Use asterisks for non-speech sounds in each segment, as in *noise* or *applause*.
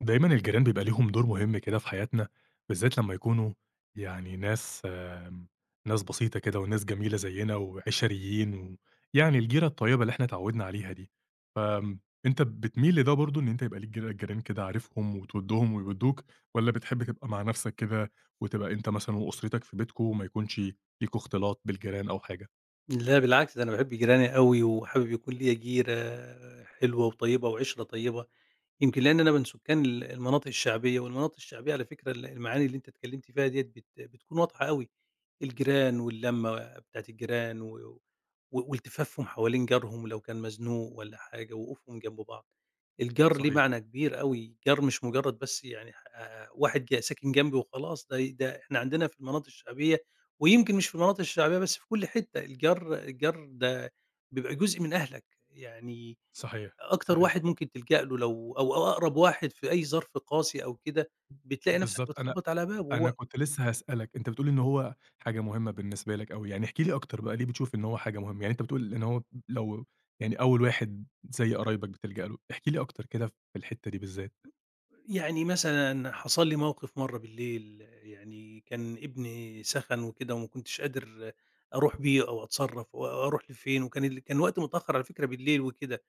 دايمًا الجيران بيبقى ليهم دور مهم كده في حياتنا، بالذات لمّا يكونوا يعني ناس ناس بسيطة كده وناس جميلة زيّنا وعِشَريين ويعني الجيرة الطيبة اللي إحنا اتعوّدنا عليها دي، فآمم، أنت بتميل لده برضه إن أنت يبقى ليك جيران كده عارفهم وتوِدّهم ويوِدّوك والّا بتحب تبقى مع نَفْسك كده وتبقى أنت مثلًا وأسرتك في بيتكم وما يكونش ليكم اختلاط بالجيران أو حاجة؟ لأ بالعكس، ده أنا باحب جيراني أوي، وحابب يكون ليّا جيرة حلوة وطيبة وعِشرة طيبة، يمكن لإن أنا من سكان المناطق الشعبية، والمناطق الشعبية على فكرة المعاني اللي أنت اتكلمت فيها ديّة بتكون واضحة أوي، الجيران واللمة بتاعة الجيران و و والتفافهم حوالين جارهم لو كان مزنوق والّا حاجة، وقوفهم جنب بعض. الجار ليه صحيح، معنى كبير أوي، جار مش مجرد بس يعني واحد ساكن جنبي وخلاص، ده إحنا عندنا في المناطق الشعبية ويمكن مش في المناطق الشعبية بس، في كل حتة الجار الجار ده بيبقى جزء من أهلك، يعني صحيح، أكتر صحيح، واحد ممكن تلجأ له لو أو أو أقرب واحد في أي ظرف قاسي أو كده، بتلاقي نفسك بالضبط. بتخبط على بابه، أنا هو كنت لسه هاسألك، أنت بتقول إن هو حاجة مهمة بالنسبة لك أوي، يعني احكِ لي أكتر بقى ليه بتشوف إن هو حاجة مهمة؟ يعني أنت بتقول إن هو لو يعني أول واحد زي قرايبك بتلجأ له، احكِ لي أكتر كده في الحتّة دي بالذات. يعني مثلًا حصل لي موقف مرّة بالليل يعني كان ابني سَخَن وكده وما كنتش قادر أروح بيه أو أتصرّف، و أروح لفين، وكان ال كان الوقت متأخّر على فكرة بالليل وكده.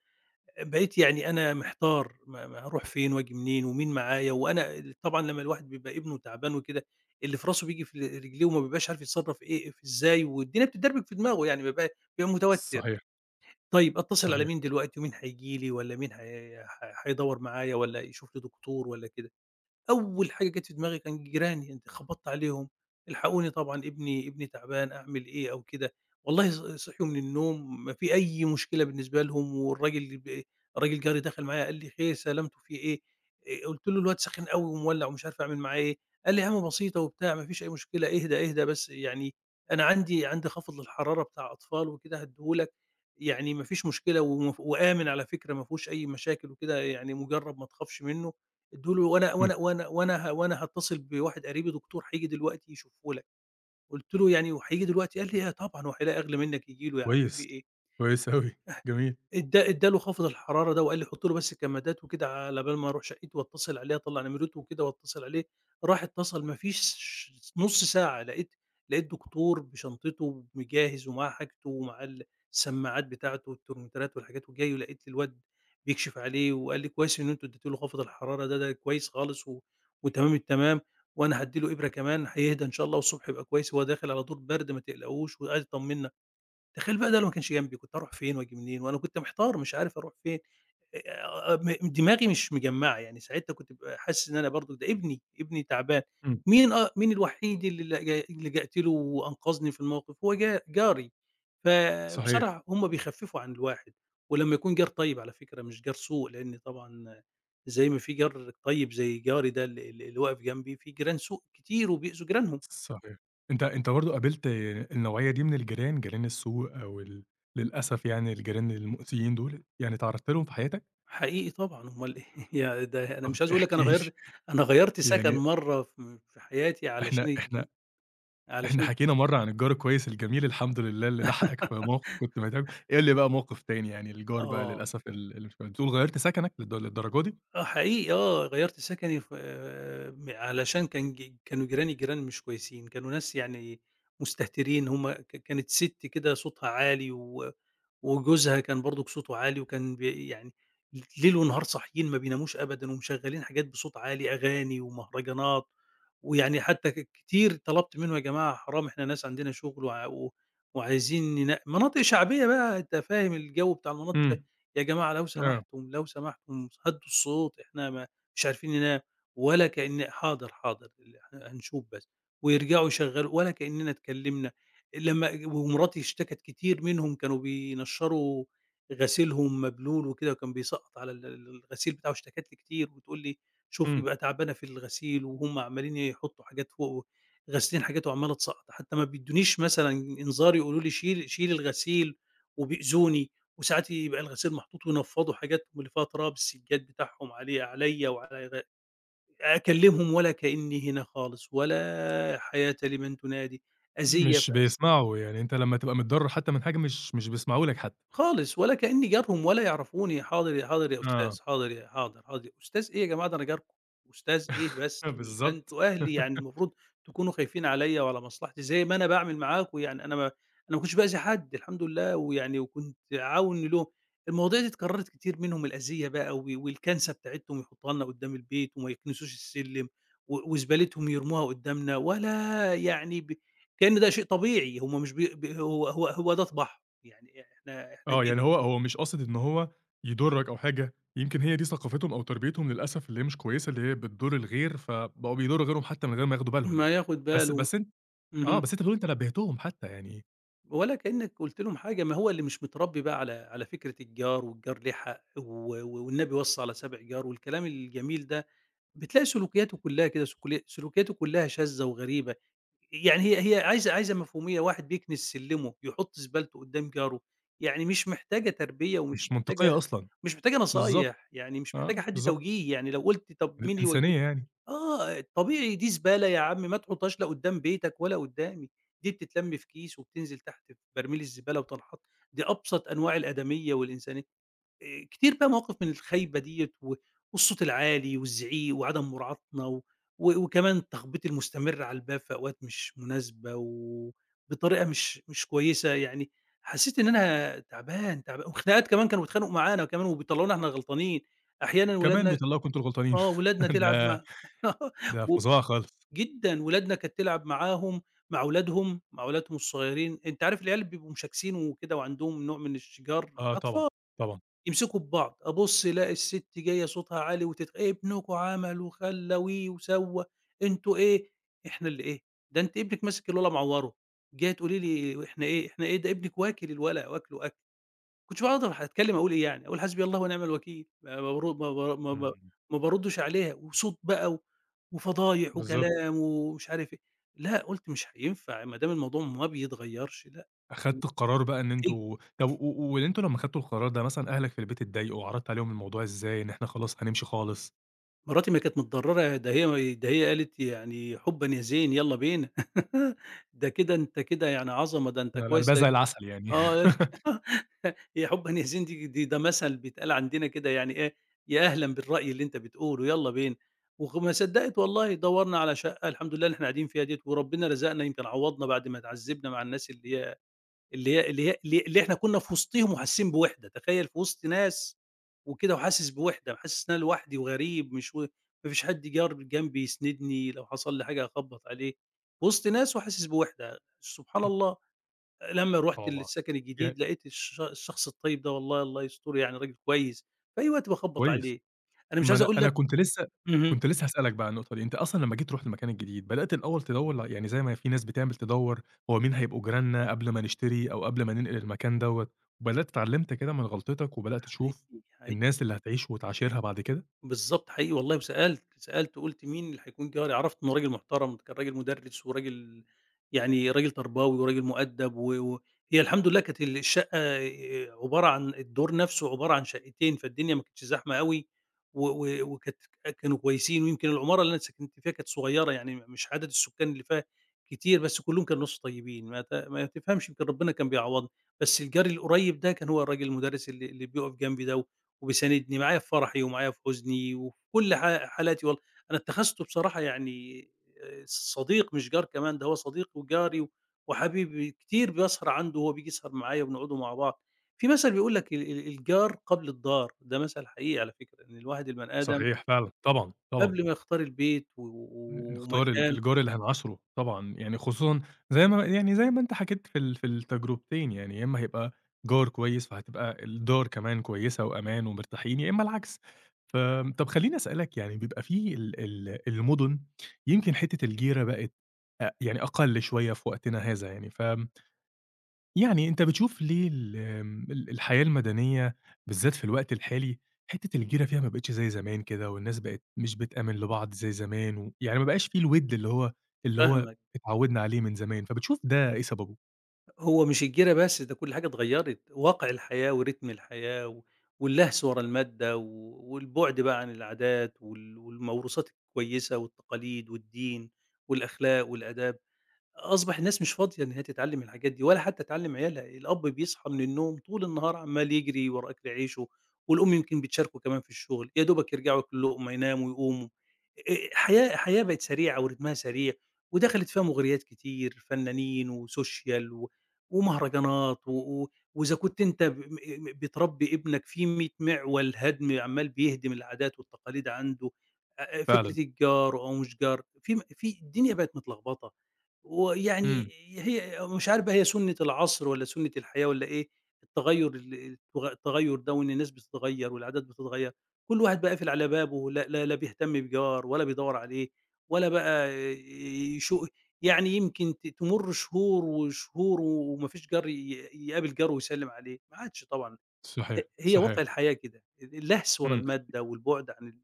بقيت يعني أنا محتار ما هاروح فين وآجي منين ومين معايا، وأنا طبعًا لمّا الواحد بيبقى ابنه تعبان وكده، اللي في راسه بييجي في رجليه وما بيبقاش عارف يتصرّف إيه إزاي، والدنيا بتتدربك في دماغه يعني بيبقى متوتر. صحيح، طيب أتصل على صحيح. مين دلوقتي ومين هييجي لي والّا مين هي ح هيدوّر معايا والّا يشوف لي دكتور والّا كده؟ أول حاجة جات في دماغي كان جيراني، أنت خبطت عليهم، "الحقوني طبعًا ابني ابني تعبان، أعمل إيه؟" أو كده. والله صحيوا من النوم ما في أي مشكلة بالنسبة لهم، والراجل اللي ب الراجل جاري دخل معايا قال لي: "خير سلامته في إيه؟" قُلت له: "الواد سخن أوي ومولّع ومش عارف أعمل معاه إيه." قال لي: "يا عم بسيطة وبتاع، ما فيش أي مشكلة، اهدى، اهدى بس يعني أنا عندي خافض للحرارة بتاع أطفال وكده هادّيه لك، يعني ما فيش مشكلة ومف وآمن على فكرة ما فيهوش أي مشاكل وكده، يعني مجرّب ما تخافش منه." ادّوا له وأنا إمم، وأنا وأنا وأنا ه وأنا هاتصل بواحد قريبي دكتور هييجي دلوقتي يشوفه لك." قُلت له: "يعني وهييجي دلوقتي؟" قال لي: "آه طبعًا، هو هيلاقي أغلى منّك ييجي له يا عم في كويس، إيه؟" كويس أوي، جميل، ادّا له خافض الحرارة ده وقال لي حُط له بس الكمادات وكده على بال ما أروح شقّتي وأتصل عليه، أطلّع نمرته وكده وأتصل عليه، راح اتصل ما فيش نُص ساعة لقيت دكتور بشنطته مجهّز ومعاه حاجته ومعاه السماعات بتاعته والترمومترات والحاجات وجاي ولقيت الواد بيكشف عليه وقال لي: "كويس إن أنتم ادّيتوا له خافض الحرارة ده، ده كويس خالص وتمام التمام وأنا هادّي له إبرة كمان هيهدى إن شاء الله والصبح يبقى كويس، هو داخل على دور برد ما تقلقوش." وقعد يطمّنا. تخيل بقى ده لو ما كانش جنبي كنت هاروح فين وآجي منين، وأنا كنت محتار مش عارف أروح فين، آآ آه، آه، دماغي مش مجمّعة، يعني ساعتها كنت بابقى حاسس إن أنا برضه ده ابني، ابني تعبان، إمم، مين الوحيد اللي لجأت له وأنقذني في الموقف؟ هو جاري، صحيح، فبصراحة هم بيخفّفوا عن الواحد، ولمّا يكون جار طيب على فكرة مش جار سوء، لإن طبعًا زي ما في جار طيب زي جاري ده ال ال اللي واقف جنبي، في جيران سوء كتير وبيؤذوا جيرانهم. صحيح. أنت برضه قابلت النوعية دي من الجيران، جيران السوء أو ال للأسف يعني الجيران المؤذيين دول، يعني اتعرّضت لهم في حياتك؟ حقيقي طبعًا، أُمّال إيه *laughs* يعني ده أنا طب مش عايز أقول لك احكِ أنا لي، غيّرت أنا غيّرت سكن يعني مرّة في حياتي إحنا إحنا إحنا علشان الج حكينا مرّة عن الجار الكويس الجميل الحمد لله اللي لحقك في *laughs* موقف كنت محتاجه، قل لي بقى موقف تاني يعني الجار بقى آه، للأسف ال اللي مش كويس، بتقول غيّرت سكنك للدرجة دي؟ آه حقيقي آه، غيّرت سكني ف م علشان كانوا جيراني جيران مش كويسين، كانوا ناس يعني مستهترين، هم ك كانت سِت كده صوتها عالي و وجوزها كان برضك صوته عالي وكان يعني ليل ونهار صاحيين ما بيناموش أبدًا ومشغّلين حاجات بصوت عالي، أغاني ومهرجانات، ويعني حتى كتير طلبت منه: "يا جماعة حرام إحنا ناس عندنا شغل و وعايزين ننا" مناطق شعبية بقى أنت فاهم الجو بتاع المناطق الش إمم، "يا جماعة لو آه، سمحتم، لو سمحتم هدّوا الصوت إحنا ما مش عارفين ننام." ولا كأن "حاضر، حاضر ال ه هنشوف بس." ويرجعوا يشغّلوا ولا كأننا اتكلمنا. لمّا ومراتي اشتكت كتير منهم كانوا بينشّروا غسيلهم مبلول وكده وكان بيسقّط على ال ال الغسيل بتاعه، اشتكت لي كتير وتقول لي: "شوفي إمم، بقى تعبانة في الغسيل وهُم عمّالين يحطّوا حاجات فوق غاسلين حاجات وعمّالة تسقّط." حتى ما بيدّونيش مثلًا إنذار يقولوا لي شيلي الغسيل وبيأذوني، وساعات يبقى الغسيل محطوط وينفّضوا حاجات اللي فيها تراب السجّاد بتاعهم عليه عليّا وعلى غ أكلّمهم ولا كإنّي هنا خالص ولا حياة لمن تنادي، أذيّة في مش أذ بيسمعوا يعني أنت لمّا تبقى متضرر حتى من حاجة مش بيسمعوا لك حتى، خالص ولا كإنّي جارهم ولا يعرفوني، حاضر يا حاضر يا آه، أستاذ، حاضر يا حاضر، حاضر، أستاذ إيه يا جماعة ده أنا جاركم، أستاذ إيه بس، *laughs* ده أنتم بالضبط، أهلي يعني المفروض تكونوا خايفين عليّا وعلى مصلحتي زي ما أنا باعمل معاكم، يعني أنا ما كنتش بأذي حد الحمد لله ويعني وكنت عاون لهم، المواضيع دي اتكررت كتير منهم الأذية بقى و والكنسة بتاعتهم يحطوها لنا قدّام البيت وما يكنسوش السلِّم و وزبالتهم يرموها قدّامنا ولا يعني كإن ده شيء طبيعي، هم مش بي ب هو ده طباعهم. يعني إحنا آه كده. يعني هو مش قاصد إن هو يضرك أو حاجة، يمكن هي دي ثقافتهم أو تربيتهم للأسف اللي هي مش كويسة، اللي هي بتضر الغير، فبقوا بيضروا غيرهم حتى من غير ما ياخدوا بالهم ما يعني، ياخد بس باله بس أنت آه، اهم. بس أنت بتقول أنت نبهتهم حتى يعني ولا كأنك قُلت لهم حاجة، ما هو اللي مش متربّي بقى على على فكرة الجار والجار ليه حق و و- والنبي وَصّى على 7 جار والكلام الجميل ده، بتلاقي سلوكياته كلّها كده سكلي سلوكياته كلّها شاذة وغريبة، يعني هي هي عايزة مفهومية، واحد بيكنس سلِّمه، يحُط زبالته قدّام جاره، يعني مش محتاجة تربية ومش مش منطقية محتاجة أصلًا، مش محتاجة بالضبط، نصايح، يعني مش محتاجة آه، حد بالضبط، توجيه، يعني لو قُلت طَب مين للإنسانية يعني، آه، طبيعي دي زبالة يا عم ما تحطهاش لا قدّام بيتك ولا قدّامي، دي بتتلم في كيس وبتنزل تحت في برميل الزبالة وتنحط، دي أبسط أنواع الآدمية والإنسانية. كتير بقى مواقف من الخايبة ديّة و والصوت العالي والزعيق وعدم مراعاتنا و و- وكمان التخبيط المستمر على الباب في أوقات مش مناسبة وبطريقة مش كويسة، يعني حسيت إن أنا تعبان، تعبان وخناقات كمان كانوا بيتخانقوا معانا كمان وبيطلعونا إحنا غلطانين، أحيانًا كمان ولادنا بيطلّعوكم أنتم الغلطانين آه، ولادنا *laughs* تلعب ده *laughs* ده و فظاعة خالص، جدًا، ولادنا كانت تلعب معاهم، مع ولادهم، الصغيرين، أنت عارف العيال بيبقوا مشاكسين وكده وعندهم نوع من الشِجار، آه طبعًا، أطفال، طبعًا، يمسكوا في بعض، أبُص ألاقي السِت جاية صوتها عالي "ابنكم عمل وخلّى وي وسوّى، أنتم إيه؟" إحنا اللي إيه؟ ده أنتِ ابنِك ماسك الولا معوّره، جاية تقولي لي إحنا إيه، إحنا إيه، ده ابنِك واكل الولا، واكله أكل. ما كنتش باقدر هاتكلم أقول إيه يعني، أقول حسبي الله ونعم الوكيل، ما ما بارو ما بار ما ما إمم، ما باردش عليها، وصوت بقى و وفضايح بالضبط، وكلام ومش عارف إيه، لأ قُلت مش هينفع ما دام الموضوع ما بيتغيّرش لأ، أخدت القرار بقى إن إيه أنتم طب وأنتم لمّا خدتوا القرار ده مثلًا أهلك في البيت اتضايقوا، وعرضت عليهم الموضوع إزاي، إن إحنا خلاص هنمشي خالص؟ مراتي ما كانت متضرّرة ده هي ده هي قالت يعني حُبًا يا زين يالّا بينا *laughs* ده كده أنت كده يعني عظمة، ده أنت أنا كويس قلبها زي العسل يعني، آه *laughs* هي حُبًا يا زين دي دي ده مثل بيتقال عندنا كده يعني إيه، يا أهلًا بالرأي اللي أنت بتقوله يالّا بينا، وما صدّقت والله دوّرنا على شقة الحمد لله اللي إحنا قاعدين فيها ديّة، وربنا رزقنا يمكن عوّضنا بعد ما اتعذّبنا مع الناس اللي هي اللي إحنا كنا في وسطهم وحاسين بوِحدة، تخيّل في وسط ناس وكده وحاسس بوِحدة، حاسس إن أنا لوحدي وغريب مش و ما فيش حد جار جنبي يسندني لو حصل لي حاجة أخبّط عليه، وسط ناس وحاسس بوِحدة، سبحان *laughs* إمم، الله. لمّا آه رُحت والله، السكن ي الجديد لقيت الشخص الطيب ده والله الله يستره يعني راجل كويس، في أي وقت باخبّط كويس. عليه. أنا مش ما عايز أنا أقول أنا لك كنت لسه اهم، كنت لسه هاسألك بقى على النقطة دي، أنت أصلًا لمّا جيت رُحت المكان الجديد، بدأت الأول تدوّر ل يعني زي ما في ناس بتعمل تدوّر هو مين هيبقوا جيراننا قبل ما نشتري أو قبل ما ننقل المكان دوّة، وبدأت اتعلمت كده من غلطتك وبدأت تشوف حقيقي، حقيقي. الناس اللي هتعيش وتعاشرها بعد كده؟ بالضبط حقيقي والله وسألت، سألت قُلت مين اللي هيكون جاري، عرفت إنه راجل محترم، كان راجل مُدرِّس وراجل يعني راجل تربوي وراجل مؤدّب وهي و و هي الحمد لله كانت الشقة عبارة عن الدور نَفْسه عبارة عن شقتين، فالدنيا ما كانتش زحمة أوي و و وكانت كانوا كويسين ويمكن العمارة اللي أنا سكنت فيها كانت صغيرة، يعني مش عدد السُكّان اللي فيها كتير، بس كُلّهم كانوا ناس طيبين ما تفهمش يمكن ربنا كان بيعوّضني، بس الجار القريب ده كان هو الراجل المُدرِّس اللي بيُقف جنبي ده و وبيساندني معايا في فرحي ومعايا في حزني وفي كل حالاتي والله انا اتخذته بصراحه يعني آه، صديق مش جار كمان ده هو صديق وجاري و- وحبيبي كتير بيسهر عنده وهو بيجي يسهر معايا وبنقعدوا مع بعض في مثل بيقول لك الجار قبل الدار ده مثل حقيقي على فكره ان الواحد البني ادم صحيح فعلًا، طبعًا، طبعًا. قبل ما يختار البيت و- ن و- نختار ال ومكان الجار اللي هنعاشره طبعًا، يعني خصوصًا زي ما يعني زي ما أنت حكيت في ال في التجربتين، يعني يا إمّا هيبقى جار كويس، فهتبقى الدار كمان كويسة وأمان ومرتاحين، يا إمّا العكس. طب خلّيني أسألك يعني بيبقى في ال ال المُدن يمكن حتّة الجيرة بقت أ يعني أقل شوية في وقتنا هذا يعني، ف يعني أنت بتشوف ليه ال ال الحياة المدنية بالذات في الوقت الحالي، حتّة الجيرة فيها ما بقِتش زي زمان كده والناس بقت مش بتآمن لبعض زي زمان و يعني ما بقاش في الوِد اللي هو فاهمك اتعوّدنا عليه من زمان، فبتشوف ده إيه سببه؟ هو مش الجيرة بس، ده كل حاجة اتغيّرت، واقع الحياة ورتم الحياة و واللهس ورا المادة و والبُعد بقى عن العادات وال والموروثات الكويسة والتقاليد والدين والأخلاق والآداب. أصبح الناس مش فاضية إن هي تتعلّم الحاجات دي ولا حتى تعلّم عيالها، الأب بيصحى من النوم طول النهار عمّال يجري ورا أكل عيشه، والأم يمكن بتشاركه كمان في الشغل، يا دوبك يرجعوا ياكلوا لقمة يناموا ويقوموا، حياة بقت سريعة ورتمها سريع، ودخلت فيها مغريات كتير، فنانين وسوشيال و ومهرجانات و و وإذا كنت أنت ب م بتربي ابنك في 100 معول هدم عمّال بيهدم العادات والتقاليد عنده، فعلًا. فكرة الجار أو مش جار، في الدنيا بقت متلخبطة. ويعني إمم، هي مش عارفة هي سُنّة العصر والّا سُنّة الحياة والّا إيه، التغيُّر ال التغ التغيُّر ده وإن الناس بتتغيّر والعادات بتتغيّر، كل واحد بقى قافل على بابه لا بيهتم بجار ولا بيدوّر عليه ولا بقى يشو يعني يمكن تمُر شهور وشهور وما فيش جار يقابل جاره ويسلِّم عليه، ما عادش طبعًا، ه صحيح، هي صحيح. واقع الحياة كده، اللهس ورا إمم. المادة والبُعد عن ال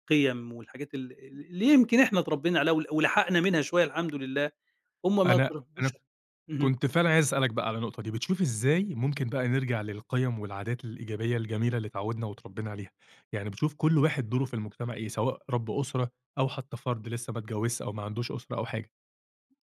القيم والحاجات اللي يمكن إحنا اتربينا عليها ولحقنا منها شوية الحمد لله، هم ما أنا اتربوش اهم. كنت فعلًا عايز أسألك بقى على النقطة دي، بتشوف إزاي ممكن بقى نرجع للقيم والعادات الإيجابية الجميلة اللي اتعودنا واتربينا عليها؟ يعني بتشوف كل واحد دوره في المجتمع إيه، سواء رب أسرة أو حتى فرد لسه ما اتجوزش أو ما عندوش أسرة أو حاجة،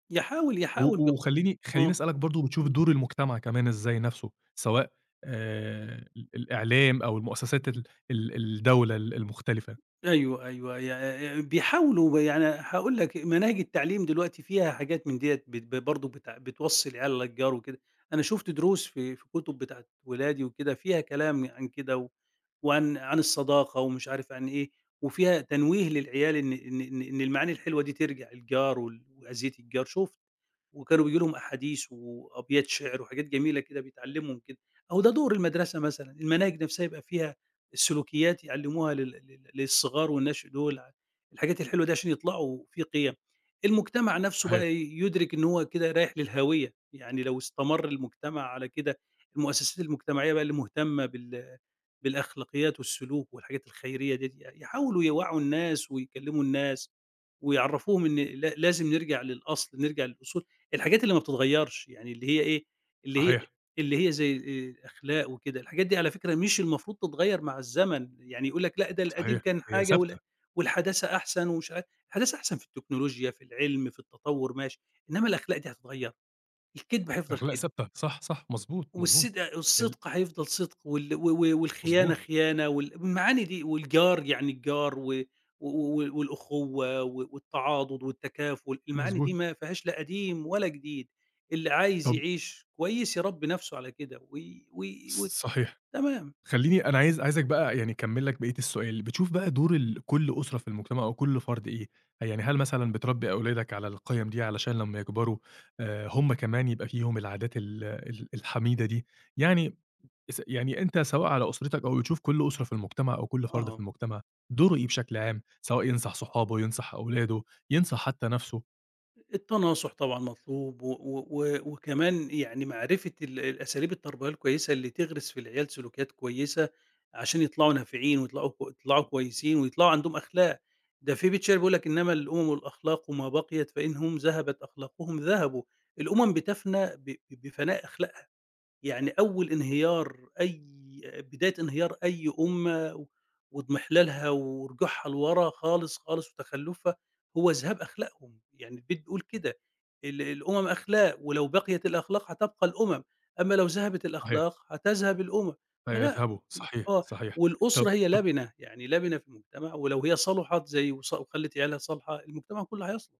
يحاول يحاول ب و وخلّيني آه، أسألك برضه بتشوف إمم. دور المجتمع كمان إزاي نَفْسه، سواء ال الإعلام أو المؤسسات ال ال الدولة ال المختلفة؟ أيوه، أيوه، بيحاولوا يعني هاقول لك مناهج التعليم دلوقتي فيها حاجات من ديّة بت ب برضه بتوصّي العيال على الجَار وكده، أنا شُفت دروس في كتب بتاعة ولادي وكده فيها كلام عن كده وعن عن الصداقة ومش عارف عن إيه، وفيها تنويه للعيال إن المعاني الحلوة دي ترجع للجار وال وأذية الجار، شوف وكانوا بييجوا لهم أحاديث وأبيات شعر وحاجات جميلة كده بيتعلمهم كده، أهو ده دور المدرسة مثلًا، المناهج نفسها يبقى فيها السلوكيات يعلموها لل لل للصغار والنشء دول، الحاجات الحلوة دي عشان يطلعوا في قيم. المجتمع نفسه بقى صحيح، يدرك إن هو كده رايح للهوية، يعني لو استمر المجتمع على كده، المؤسسات المجتمعية بقى اللي مهتمة بالأخلاقيات والسلوك والحاجات الخيرية ديّة، يحاولوا يوعّوا الناس ويكلموا الناس. ويعرّفوهم إن لا لازم نرجع للأصل، نرجع للأصول، الحاجات اللي ما بتتغيّرش، يعني اللي هي إيه، اللي هي صحيح، اللي هي زي الأخلاق وكده، الحاجات دي على فكرة مش المفروض تتغيّر مع الزمن، يعني يقول لك لأ ده القديم صحيح. كان هي حاجة وال ثابتة، والحداثة أحسن ومش عارف الحداثة أحسن في التكنولوجيا، في العلم، في التطوّر ماشي، إنّما الأخلاق دي هتتغيّر، الكدب هيفضل أخلاق كدب. ثابتة، صح، مضبوط، والصد ال الصدق هيفضل صدق وال و و والخيانة مضبوط، خيانة وال والمعاني دي والجار يعني الجار و و و والأخوة و والتعاضد والتكافل، المعاني دي مضبوط، ما فيهاش لا قديم ولا جديد، اللي عايز طَب يعيش كويس يربي نفسه على كده وي وي و ص صحيح. تمام، خلّيني أنا عايز عايزك بقى يعني أكمّل لك بقية السؤال، بتشوف بقى دور ال كل أسرة في المجتمع أو كل فرد إيه؟ يعني هل مثلًا بتربّي أولادك على القِيَم دي علشان لمّا يكبروا هم كمان يبقى فيهم العادات ال ال الحميدة دي؟ يعني س يعني أنت سواء على أسرتك أو بتشوف كل أسرة في المجتمع أو كل فرد في آه. المجتمع دوره إيه بشكل عام، سواء ينصح صحابه، ينصح أولاده، ينصح حتّى نَفْسه التناصح طبعًا مطلوب، و و و- وكمان يعني معرفة الأساليب التربوية الكويسة اللي تغرس في العيال سلوكيات كويسة، عشان يطلعوا نافعين ويطلعوا يطلعوا كويسين ويطلعوا عندهم أخلاق، ده في بيت شعر بيقول لك: "إنما الأمم الأخلاق ما بقيت فإنهم ذهبت أخلاقهم ذهبوا." الأمم بتفنى بفناء أخلاقها. يعني أول انهيار أي بداية انهيار أي أمة واضمحلالها ورجوعها لورا خالص، خالص وتخلُّفها هو ذهاب أخلاقهم، يعني البيت بيقول كده، الأمم أخلاق ولو بقيت الأخلاق هتبقى الأمم، أما لو ذهبت صحيح، الأخلاق هتذهب الأمم، فلأ فيذهبوا صحيح، آه، صحيح. والأسرة طَب هي طَب لبنة، يعني لبنة في المجتمع ولو هي صلُحت زي وص وخلّت عيالها صالحة المجتمع كله هيصلح.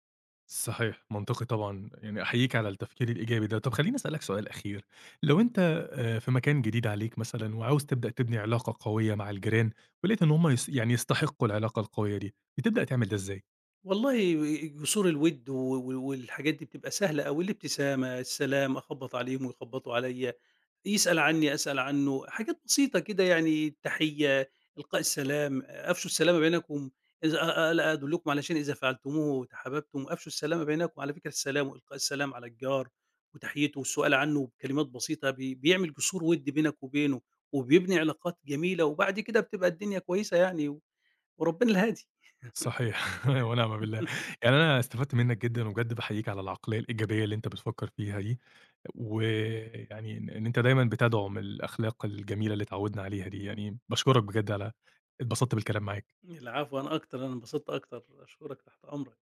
صحيح، منطقي طبعًا، يعني أحييك على التفكير الإيجابي ده. طب خلّيني أسألك سؤال أخير، لو أنت في مكان جديد عليك مثلًا وعاوز تبدأ تبني علاقة قوية مع الجيران، ولقيت إن هم يس يعني يستحقوا العلاقة القوية دي، بتبدأ تعمل ده إزاي؟ والله جسور الوِد و و والحاجات دي بتبقى سهلة أوي، الابتسامة، السلام، أخبّط عليهم ويخبّطوا عليّا، يسأل عنّي أسأل عنّه، حاجات بسيطة كده يعني التحية، إلقاء السلام، أفشوا السلام بينكم إذا ألا أدلكم على شيء إذا فعلتموه تحاببتم، أفشوا السلام بينكم، على فكرة السلام وإلقاء السلام على الجار وتحيته والسؤال عنّه بكلمات بسيطة بيعمل جسور وِد بينك وبينه، وبيبني علاقات جميلة، وبعد كده بتبقى الدنيا كويسة يعني، وربنا الهادي. صحيح *laughs* ونعم بالله، يعني أنا استفدت منك جدًا وبجد باحييك على العقلية الإيجابية اللي أنت بتفكر فيها دي، ويعني إن أنت دايمًا بتدعم الأخلاق الجميلة اللي اتعودنا عليها دي، يعني باشكرك بجد على اتبسطت بالكلام معاك. العفو أنا أكتر، أنا انبسطت أكتر، أشكرك، تحت أمرك.